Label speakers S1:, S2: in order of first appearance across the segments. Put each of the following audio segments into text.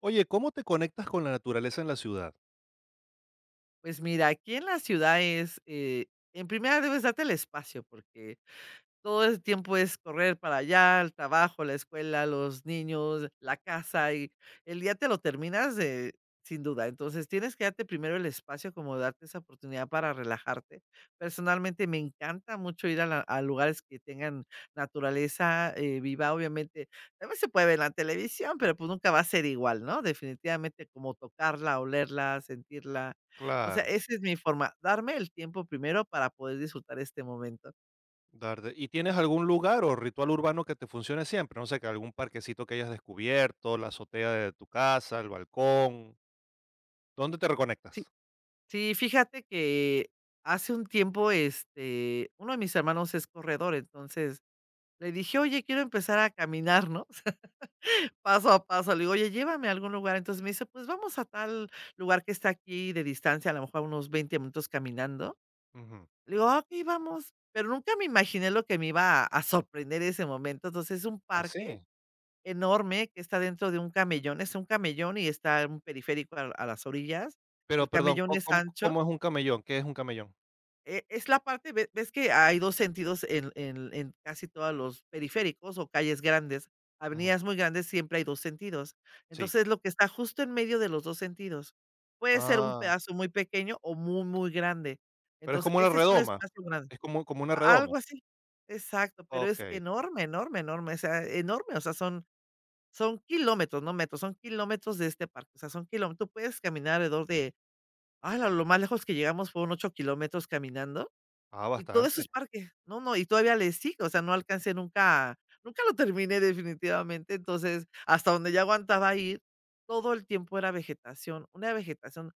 S1: Oye, ¿cómo te conectas con la naturaleza en la ciudad?
S2: Pues mira, aquí en la ciudad es, en primera debes darte el espacio, porque todo ese tiempo es correr para allá, al trabajo, la escuela, los niños, la casa, y el día te lo terminas de, sin duda. Entonces, tienes que darte primero el espacio, como darte esa oportunidad para relajarte. Personalmente, me encanta mucho ir a lugares que tengan naturaleza, viva, obviamente, también se puede ver en la televisión, pero, pues, nunca va a ser igual, ¿no? Definitivamente, como tocarla, olerla, sentirla. O sea,
S1: Claro.
S2: esa es mi forma, darme el tiempo primero para poder disfrutar este momento.
S1: darde ¿Y tienes algún lugar o ritual urbano que te funcione siempre? No sé, que algún parquecito que hayas descubierto, la azotea de tu casa, el balcón. ¿Dónde te
S2: Sí.
S1: reconectas?
S2: Sí, fíjate que hace un tiempo, uno de mis hermanos es corredor, entonces le dije, oye, quiero empezar a caminar, ¿no? Paso a paso. Le digo, oye, llévame a algún lugar. Entonces me dice, pues vamos a tal lugar que está aquí de distancia, a lo mejor unos 20 minutos caminando.
S1: Ujú.
S2: Le digo, "Ah, ok, vamos". Pero nunca me imaginé lo que me iba a sorprender ese momento. Entonces es un
S1: Ah,
S2: parque
S1: sí.
S2: enorme que está dentro de un camellón. Es un camellón y está un periférico a las orillas.
S1: Pero
S2: El
S1: perdón,
S2: camellón es
S1: ¿cómo,
S2: ancho.
S1: cómo es un camellón? ¿Qué es un camellón?
S2: Es la parte, ve ves que hay 2 sentidos en casi todos los periféricos o calles grandes,
S1: Ujú.
S2: avenidas muy grandes, siempre hay 2 sentidos.
S1: Sí.
S2: Entonces, lo que está justo en medio de los 2 sentidos, puede ser un
S1: Ah,
S2: pedazo muy pequeño o muy, muy grande.
S1: pero es
S2: Entonces,
S1: como una
S2: ese es un
S1: redoma.
S2: espacio grande.
S1: Es como, como una
S2: A
S1: redoma.
S2: algo así. Exacto, pero es
S1: Ok.
S2: enorme, enorme, enorme, o sea, son kilómetros, no metros, son kilómetros de este parque, o sea, son kilómetros. Tú puedes caminar alrededor de, ¡hala!, lo más lejos que llegamos fue un 8 kilómetros caminando.
S1: Ah,
S2: Y todo eso
S1: bastante.
S2: es parque. No, no, y todavía le sigo, o sea, no alcancé nunca, lo terminé definitivamente, entonces, hasta donde ya aguantaba ir, todo el tiempo era vegetación, una vegetación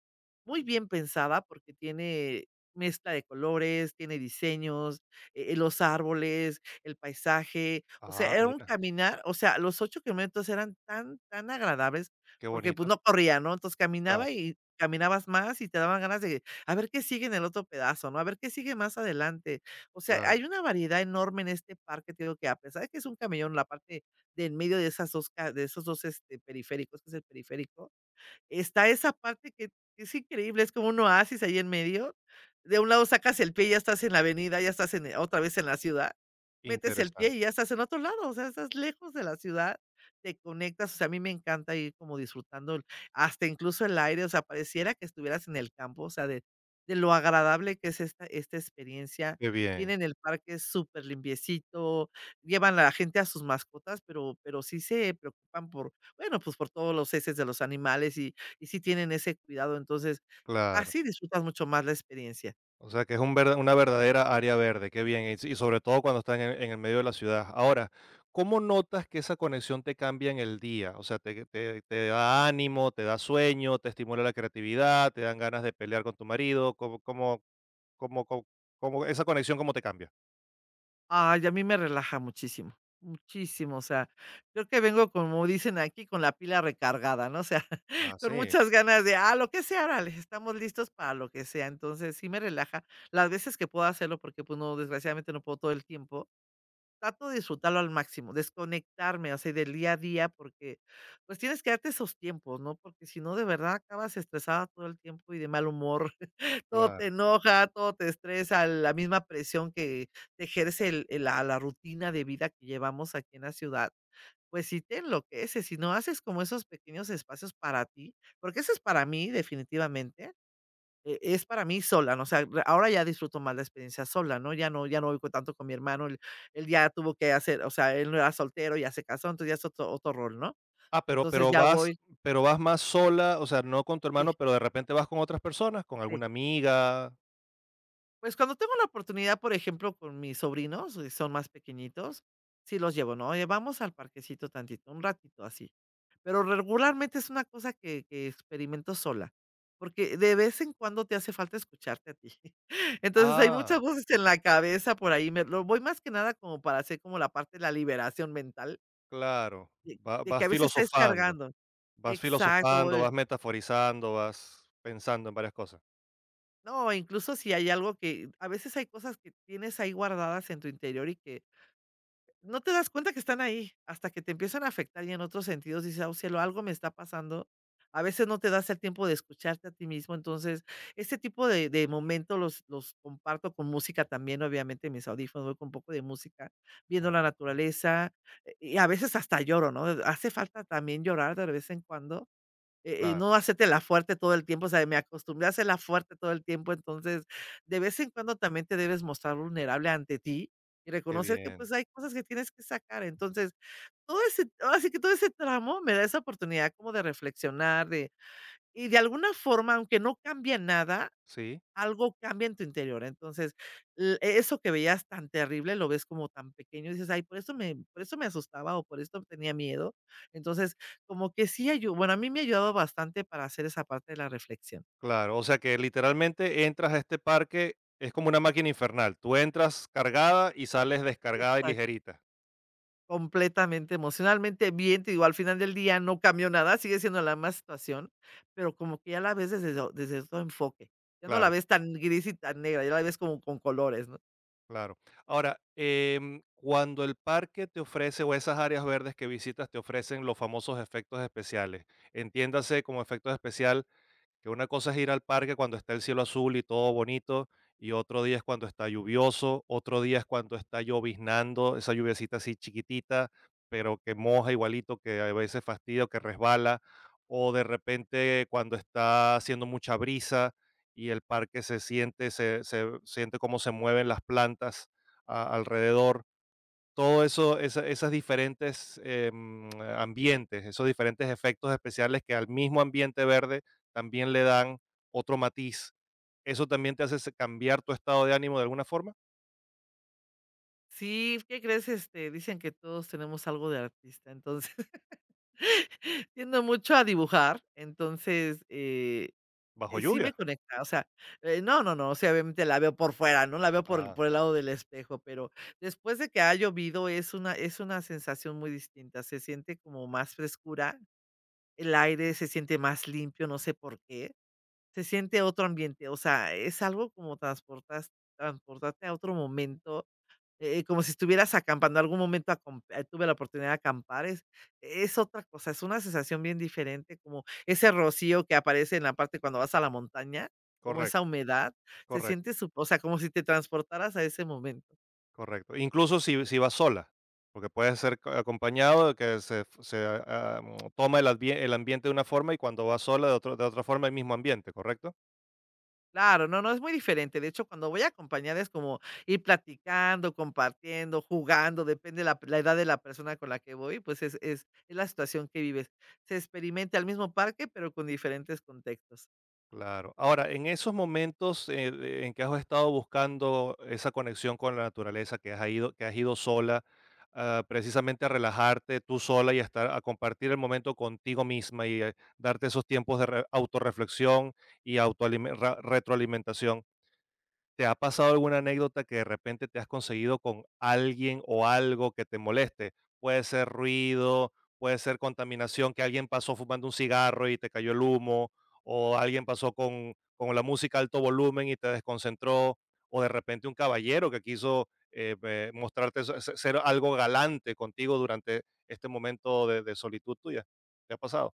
S2: muy bien pensada porque tiene mezcla de colores, tiene diseños, los árboles, el paisaje, o sea,
S1: Ah,
S2: era un
S1: mira,
S2: caminar, o sea, los 8 kilómetros eran tan, tan agradables
S1: qué
S2: porque, pues,
S1: bonito.
S2: no corría, ¿no? Entonces,
S1: Claro,
S2: caminaba y caminabas más y te daban ganas de a ver qué sigue en el otro pedazo, ¿no? A ver qué sigue más adelante. O sea,
S1: claro.
S2: hay una variedad enorme en este parque, te digo que a pesar de que es un camellón, la parte de en medio de esas 2 ca de esos dos, periféricos, que es el periférico, está esa parte que es increíble, es como un oasis ahí en medio. De un lado sacas el pie y ya estás en la avenida, ya estás en otra vez en la ciudad. Metes el pie
S1: Interesante.
S2: y ya estás en otro lado, o sea, estás lejos de la ciudad, te conectas, o sea, a mí me encanta ir como disfrutando el hasta incluso el aire, o sea, pareciera que estuvieras en el campo, o sea, de lo agradable que es esta experiencia.
S1: Qué bien.
S2: Tienen el parque súper limpiecito, llevan a la gente a sus mascotas, pero sí se preocupan por, bueno, pues, por todos los heces de los animales y sí tienen ese cuidado, entonces,
S1: Claro.
S2: así disfrutas mucho más la experiencia.
S1: O sea, que es un una verdadera área verde, qué bien, y, y sobre todo cuando están en el medio de la ciudad. Ahora, ¿cómo notas que esa conexión te cambia en el día? O sea, te, te da ánimo, te da sueño, te estimula la creatividad, te dan ganas de pelear con tu marido, ¿cómo, cómo, cómo, esa conexión cómo te cambia?
S2: Ay, a mí me relaja muchísimo, muchísimo, o sea, creo que vengo, como dicen aquí, con la pila recargada, ¿no? O sea,
S1: Ah,
S2: con
S1: sí,
S2: muchas ganas de, ah, lo que sea, órale, estamos listos para lo que sea, entonces, sí me relaja las veces que puedo hacerlo, porque, pues, no, desgraciadamente no puedo todo el tiempo. Trato de disfrutarlo al máximo, desconectarme, o sea, del día a día, porque, pues, tienes que darte esos tiempos, ¿no? Porque si no, de verdad acabas estresada todo el tiempo y de mal humor. Todo te
S1: claro.
S2: enoja, todo te estresa, la misma presión que te ejerce el la la rutina de vida que llevamos aquí en la ciudad, pues sí te enloqueces, si no haces como esos pequeños espacios para ti, porque eso es para mí definitivamente, es para mí sola, ¿no? O sea, re- ahora ya disfruto más la experiencia sola, ¿no? Ya no ya no voy co tanto con mi hermano, él ya tuvo que hacer, o sea, él no era soltero, ya se casó, entonces ya es otro rol, ¿no?
S1: Ah, pero,
S2: Entonces ya voy,
S1: pero vas más sola, o sea, no con tu
S2: sí,
S1: hermano, pero de repente vas con otras personas, con
S2: sí.
S1: alguna amiga.
S2: Pues, cuando tengo la oportunidad, por ejemplo, con mis sobrinos, son más pequeñitos, sí los llevo, ¿no? Oye, vamos al parquecito tantito, un ratito así. Pero regularmente es una cosa que experimento sola, porque de vez en cuando te hace falta escucharte a ti. Entonces, hay muchas
S1: Ah,
S2: voces en la cabeza por ahí, me lo voy más que nada como para hacer como la parte de la liberación mental,
S1: claro,
S2: de de que
S1: vas
S2: a veces estás
S1: filosofando.
S2: cargando.
S1: Vas
S2: Exacto,
S1: filosofando,
S2: voy
S1: vas metaforizando, vas pensando en varias cosas.
S2: no, incluso si hay algo que a veces hay cosas que tienes ahí guardadas en tu interior y que no te das cuenta que están ahí, hasta que te empiezan a afectar y en otros sentidos dices: "Oh cielo, algo me está pasando". A veces no te das el tiempo de escucharte a ti mismo, entonces, este tipo de momentos los comparto con música también, obviamente, mis audífonos, voy con un poco de música, viendo la
S1: Ujú.
S2: naturaleza, y a veces hasta lloro, ¿no? Hace falta también llorar de vez en cuando,
S1: Claro,
S2: no hacértela fuerte todo el tiempo, o sea, me acostumbré a hacer la fuerte todo el tiempo, entonces, de vez en cuando también te debes mostrar vulnerable ante ti y
S1: qué
S2: reconocer que,
S1: bien.
S2: pues, hay cosas que tienes que sacar. Entonces, todo ese así que todo ese tramo me da esa oportunidad como de reflexionar, de y de alguna forma, aunque no cambie nada,
S1: Sí,
S2: algo cambia en tu interior. Entonces, l e, eso que veías tan terrible, lo ves como tan pequeño y dices: "Ay, por eso me, por eso me asustaba o por esto tenía miedo". Entonces, como que sí ayudó, bueno, a mí me ha ayudado bastante para hacer esa parte de la reflexión.
S1: claro. O sea que literalmente entras a este parque, es como una máquina infernal. Tú entras cargada y sales descargada y
S2: Exacto.
S1: ligerita.
S2: Completamente, emocionalmente bien, te digo, al final del día no cambió nada, sigue siendo la misma situación, pero como que ya la ves desde do desde otro enfoque. Ya no la
S1: Claro,
S2: ves tan gris y tan negra, ya la ves como con colores, ¿no?
S1: claro. Ahora, cuando el parque te ofrece o esas áreas verdes que visitas te ofrecen los famosos efectos especiales, entiéndase como efectos especiales. Que una cosa es ir al parque cuando está el cielo azul y todo bonito, y otro día es cuando está lluvioso, otro día es cuando está lloviznando, esa lluviecita así chiquitita, pero que moja igualito, que a veces fastidia, o que resbala, o de repente cuando está haciendo mucha brisa y el parque se siente, se siente cómo se mueven las plantas alrededor, todo eso, esas diferentes ambientes, esos diferentes efectos especiales que al mismo ambiente verde también le dan otro matiz. ¿Eso también te hace cambiar tu estado de ánimo de alguna forma?
S2: Sí, ¿qué crees? Este, dicen que todos tenemos algo de artista, entonces tiendo mucho a dibujar, entonces,
S1: ¿Bajo
S2: sí me
S1: lluvia?
S2: conecta, o sea, no, no, no, o sea, obviamente la veo por fuera, ¿no? La veo por
S1: Ah,
S2: por el lado del espejo, pero después de que ha llovido es una, sensación muy distinta, se siente como más frescura, el aire se siente más limpio, no sé por qué, se siente otro ambiente, o sea, es algo como transportas transportarte a otro momento, como si estuvieras acampando. Algún momento acom tuve la oportunidad de acampar, es otra cosa, es una sensación bien diferente, como ese rocío que aparece en la parte cuando vas a la montaña, como esa
S1: correcto,
S2: humedad, se
S1: correcto,
S2: siente su o sea, como si te transportaras a ese momento.
S1: correcto. Incluso si, si vas sola, porque puede ser acompañado, de que se, se, toma el, el ambiente de una forma y cuando vas sola de, de otra forma el mismo ambiente, ¿correcto?
S2: Claro, no, no, es muy diferente. De hecho, cuando voy acompañada es como ir platicando, compartiendo, jugando, depende la edad de la persona con la que voy, pues es la situación que vives. Se experimenta el mismo parque, pero con diferentes contextos.
S1: Claro. Ahora, en esos momentos en que has estado buscando esa conexión con la naturaleza, que has ido sola, ah, precisamente a relajarte tú sola y a estar, a compartir el momento contigo misma y darte esos tiempos de autorreflexión y retroalimentación. ¿Te ha pasado alguna anécdota que de repente te has conseguido con alguien o algo que te moleste? Puede ser ruido, puede ser contaminación, que alguien pasó fumando un cigarro y te cayó el humo, o alguien pasó con la música a alto volumen y te desconcentró, o de repente un caballero que quiso mostrarte ser algo galante contigo durante este momento de solitud tuya. ¿Te ha pasado?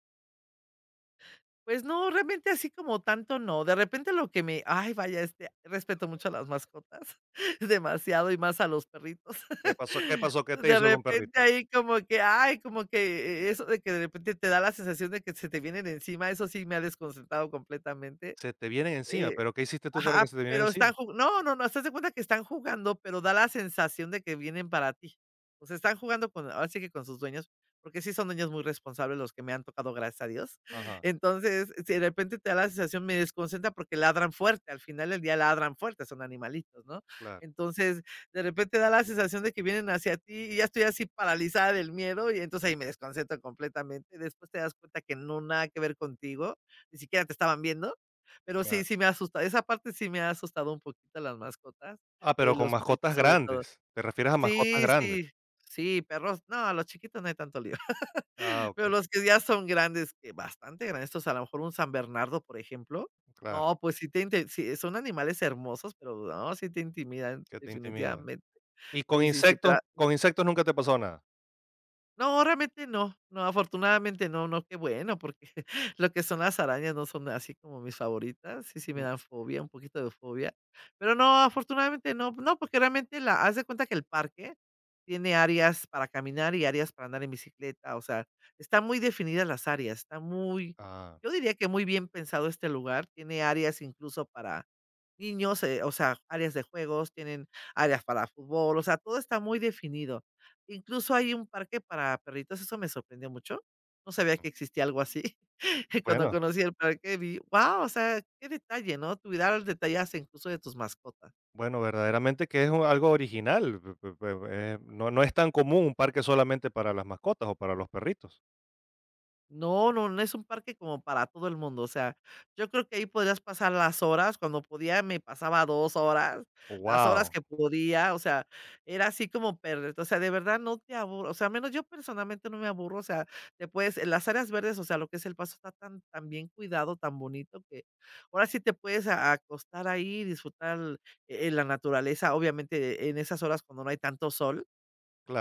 S2: Pues no, realmente así como tanto no. De repente lo que me ay, vaya, respeto mucho a las mascotas, demasiado, y más a los perritos.
S1: ¿Qué pasó? ¿Qué pasó? ¿Qué te
S2: De
S1: hizo algún
S2: repente
S1: perrito?
S2: ahí como que, ay, como que, eso de que de repente te da la sensación de que se te vienen encima, eso sí me ha desconcentrado completamente.
S1: Se te vienen encima,
S2: Eh
S1: pero ¿qué hiciste tú para que
S2: Ajá,
S1: se te vienen
S2: pero
S1: encima?
S2: están ju no, no, no, estás de cuenta que están jugando, pero da la sensación de que vienen para ti. O sea, están jugando con ahora sí que con sus dueños, porque sí son dueños muy responsables los que me han tocado, gracias a Dios.
S1: Ajá,
S2: Entonces, si de repente te da la sensación, me desconcentra porque ladran fuerte, al final del día ladran fuerte, son animalitos, ¿no?
S1: claro.
S2: Entonces, de repente da la sensación de que vienen hacia ti y ya estoy así paralizada del miedo y entonces ahí me desconcentro completamente. Después te das cuenta que no nada que ver contigo, ni siquiera te estaban viendo. Pero
S1: Claro.
S2: sí, sí me asusta. Esa parte sí me ha asustado un poquito las mascotas,
S1: Ah, pero con
S2: los
S1: mascotas
S2: perritos sobre todo.
S1: grandes, ¿te refieres a mascotas
S2: Sí,
S1: grandes?
S2: sí, sí, perros. No, los chiquitos no hay tanto lío.
S1: Ah,
S2: Pero
S1: okey,
S2: los que ya son grandes, que bastante grandes, estos a lo mejor un san bernardo, por ejemplo.
S1: claro,
S2: No, pues sí te inte sí, son animales hermosos, pero no, sí te intimidan
S1: que te intimidan.
S2: definitivamente.
S1: ¿Y
S2: Sí, sí, sí, pero
S1: con insectos nunca te pasó nada?
S2: no, realmente no, no, afortunadamente no, no, qué bueno, porque lo que son las arañas no son así como mis favoritas, sí, sí me
S1: Mm,
S2: dan fobia, un poquito de fobia, pero no, afortunadamente no, no, porque realmente la, haz de cuenta que el parque tiene áreas para caminar y áreas para andar en bicicleta, o sea, están muy definidas las áreas, está muy,
S1: ah,
S2: yo diría que muy bien pensado este lugar, tiene áreas incluso para niños, o sea, áreas de juegos, tienen áreas para fútbol, o sea, todo está muy definido. Incluso hay un parque para perritos, eso me sorprendió mucho. No sabía que existía algo así. Cuando
S1: bueno,
S2: conocí el parque vi, wow, o sea, qué detalle, ¿no? Cuidar los detalles incluso de tus mascotas.
S1: bueno, verdaderamente que es un algo original, pe pe pe no no es tan común un parque solamente para las mascotas o para los perritos.
S2: No, no, no es un parque como para todo el mundo, o sea, yo creo que ahí podrías pasar las horas, cuando podía me pasaba 2 horas, las horas
S1: Wow.
S2: que podía, o sea, era así como perder, o sea, de verdad no te aburro. O sea, al menos yo personalmente no me aburro, o sea, te puedes en las áreas verdes, o sea, lo que es El Paso está tan bien cuidado, tan bonito que ahora sí te puedes a acostar ahí y disfrutar, la naturaleza, obviamente en esas horas cuando no hay tanto sol.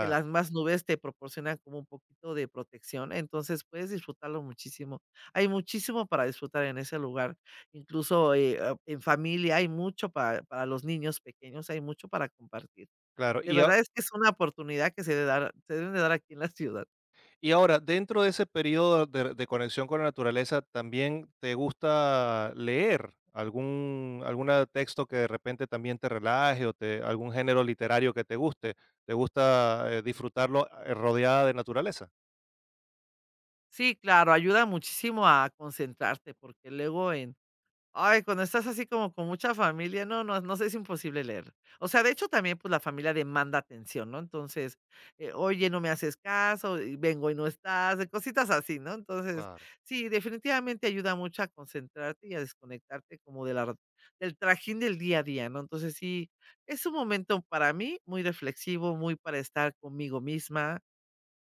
S2: Que las más nubes te proporcionan como un poquito de protección, entonces puedes disfrutarlo muchísimo. Hay muchísimo para disfrutar en ese lugar, incluso, en familia hay mucho para los niños pequeños, hay mucho para compartir.
S1: claro,
S2: De
S1: y a...
S2: verdad es que es una oportunidad que se deben de dar aquí en la ciudad.
S1: Y ahora, dentro de ese periodo de conexión con la naturaleza, ¿también te gusta leer algún alguna texto que de repente también te relaje o te, algún género literario que te guste? ¿Te gusta disfrutarlo rodeada de naturaleza?
S2: Sí, claro, ayuda muchísimo a concentrarte, porque luego en ay, cuando estás así como con mucha familia, no, no, nos es imposible leer. O sea, de hecho, también, pues, la familia demanda atención, ¿no? Entonces, oye, no me haces caso, y vengo y no estás, cositas así, ¿no? Entonces,
S1: Claro.
S2: sí, definitivamente ayuda mucho a concentrarte y a desconectarte como de del trajín del día a día, ¿no? Entonces, sí, es un momento para mí muy reflexivo, muy para estar conmigo misma,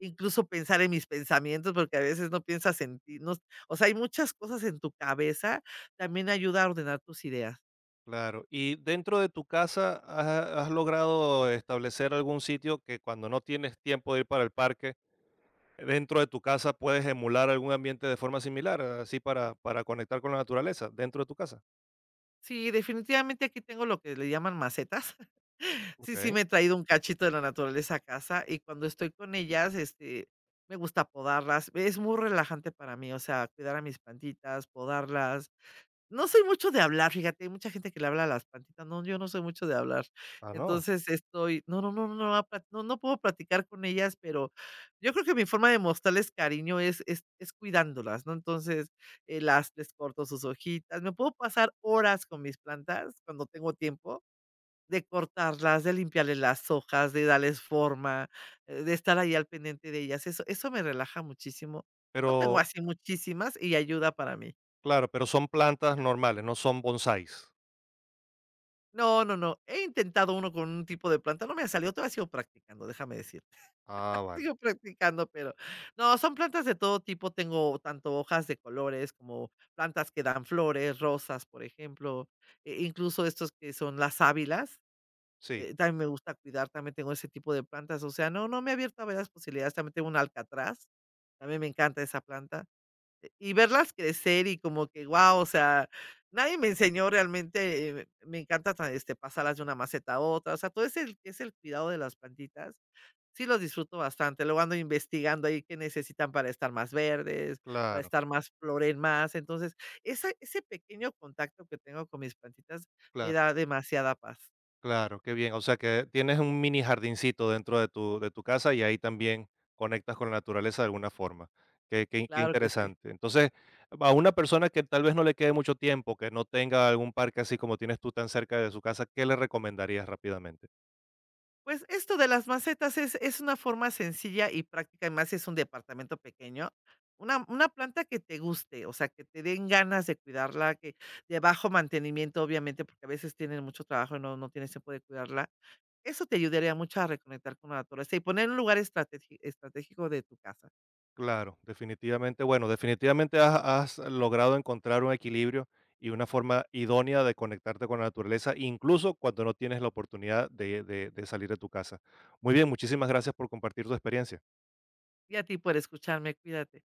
S2: incluso pensar en mis pensamientos, porque a veces no piensas en ti, no, o sea, hay muchas cosas en tu cabeza, también ayuda a ordenar tus ideas.
S1: Claro. ¿Y dentro de tu casa has, has logrado establecer algún sitio que cuando no tienes tiempo de ir para el parque, dentro de tu casa puedes emular algún ambiente de forma similar, así para conectar con la naturaleza, dentro de tu casa?
S2: Sí, definitivamente aquí tengo lo que le llaman macetas. Sí, sí,
S1: Ok.
S2: me he traído un cachito de la naturaleza a casa y cuando estoy con ellas, este, me gusta podarlas. Es muy relajante para mí, o sea, cuidar a mis plantitas, podarlas. No soy mucho de hablar, fíjate, hay mucha gente que le habla a las plantitas, no, yo no soy mucho de hablar.
S1: Ah, no.
S2: Entonces, estoy no, no, no, no, apa no, no puedo platicar con ellas, pero yo creo que mi forma de mostrarles cariño es cuidándolas, ¿no? Entonces, las les corto sus hojitas, me puedo pasar horas con mis plantas cuando tengo tiempo, de cortarlas, de limpiarles las hojas, de darles forma, de estar ahí al pendiente de ellas, eso me relaja muchísimo. No
S1: Pero,
S2: tengo así muchísimas y ayuda para mí.
S1: claro, pero son plantas normales, no son bonsáis.
S2: No, no, no. He intentado uno con un tipo de planta, no me salió, todavía sigo practicando, déjame decirte.
S1: Ah, vale.
S2: Sigo practicando, pero no, son plantas de todo tipo, tengo tanto hojas de colores como plantas que dan flores, rosas, por ejemplo, e incluso estos que son las ávilas,
S1: Sí,
S2: también me gusta cuidar, también tengo ese tipo de plantas, o sea, no, no me he abierto a varias posibilidades, también tengo un alcatraz, también me encanta esa planta, y verlas crecer y como que, guau, o sea, nadie me enseñó realmente, me encanta ta este, pasarlas de una maceta a otra, o sea, todo ese es el cuidado de las plantitas, sí los disfruto bastante, luego ando investigando ahí qué necesitan para estar más verdes, para
S1: claro,
S2: estar más floren más, entonces, esa ese pequeño contacto que tengo con mis plantitas me
S1: claro,
S2: da demasiada paz.
S1: claro, qué bien. O sea que tienes un mini jardincito dentro de tu casa y ahí también conectas con la naturaleza de alguna forma. Qué
S2: Claro que sí.
S1: interesante. Entonces, a una persona que tal vez no le quede mucho tiempo, que no tenga algún parque así como tienes tú tan cerca de su casa, ¿qué le recomendarías rápidamente?
S2: Pues esto de las macetas es una forma sencilla y práctica, y más si es un departamento pequeño. Una planta que te guste, o sea, que te den ganas de cuidarla, que de bajo mantenimiento, obviamente, porque a veces tienen mucho trabajo y no tienes tiempo de cuidarla. Eso te ayudaría mucho a reconectar con la naturaleza y poner un lugar estrategi estratégico de tu casa.
S1: Claro, definitivamente, bueno, definitivamente has, has logrado encontrar un equilibrio y una forma idónea de conectarte con la naturaleza, incluso cuando no tienes la oportunidad de salir de tu casa. Muy bien, muchísimas gracias por compartir tu experiencia.
S2: Y a ti por escucharme, cuídate.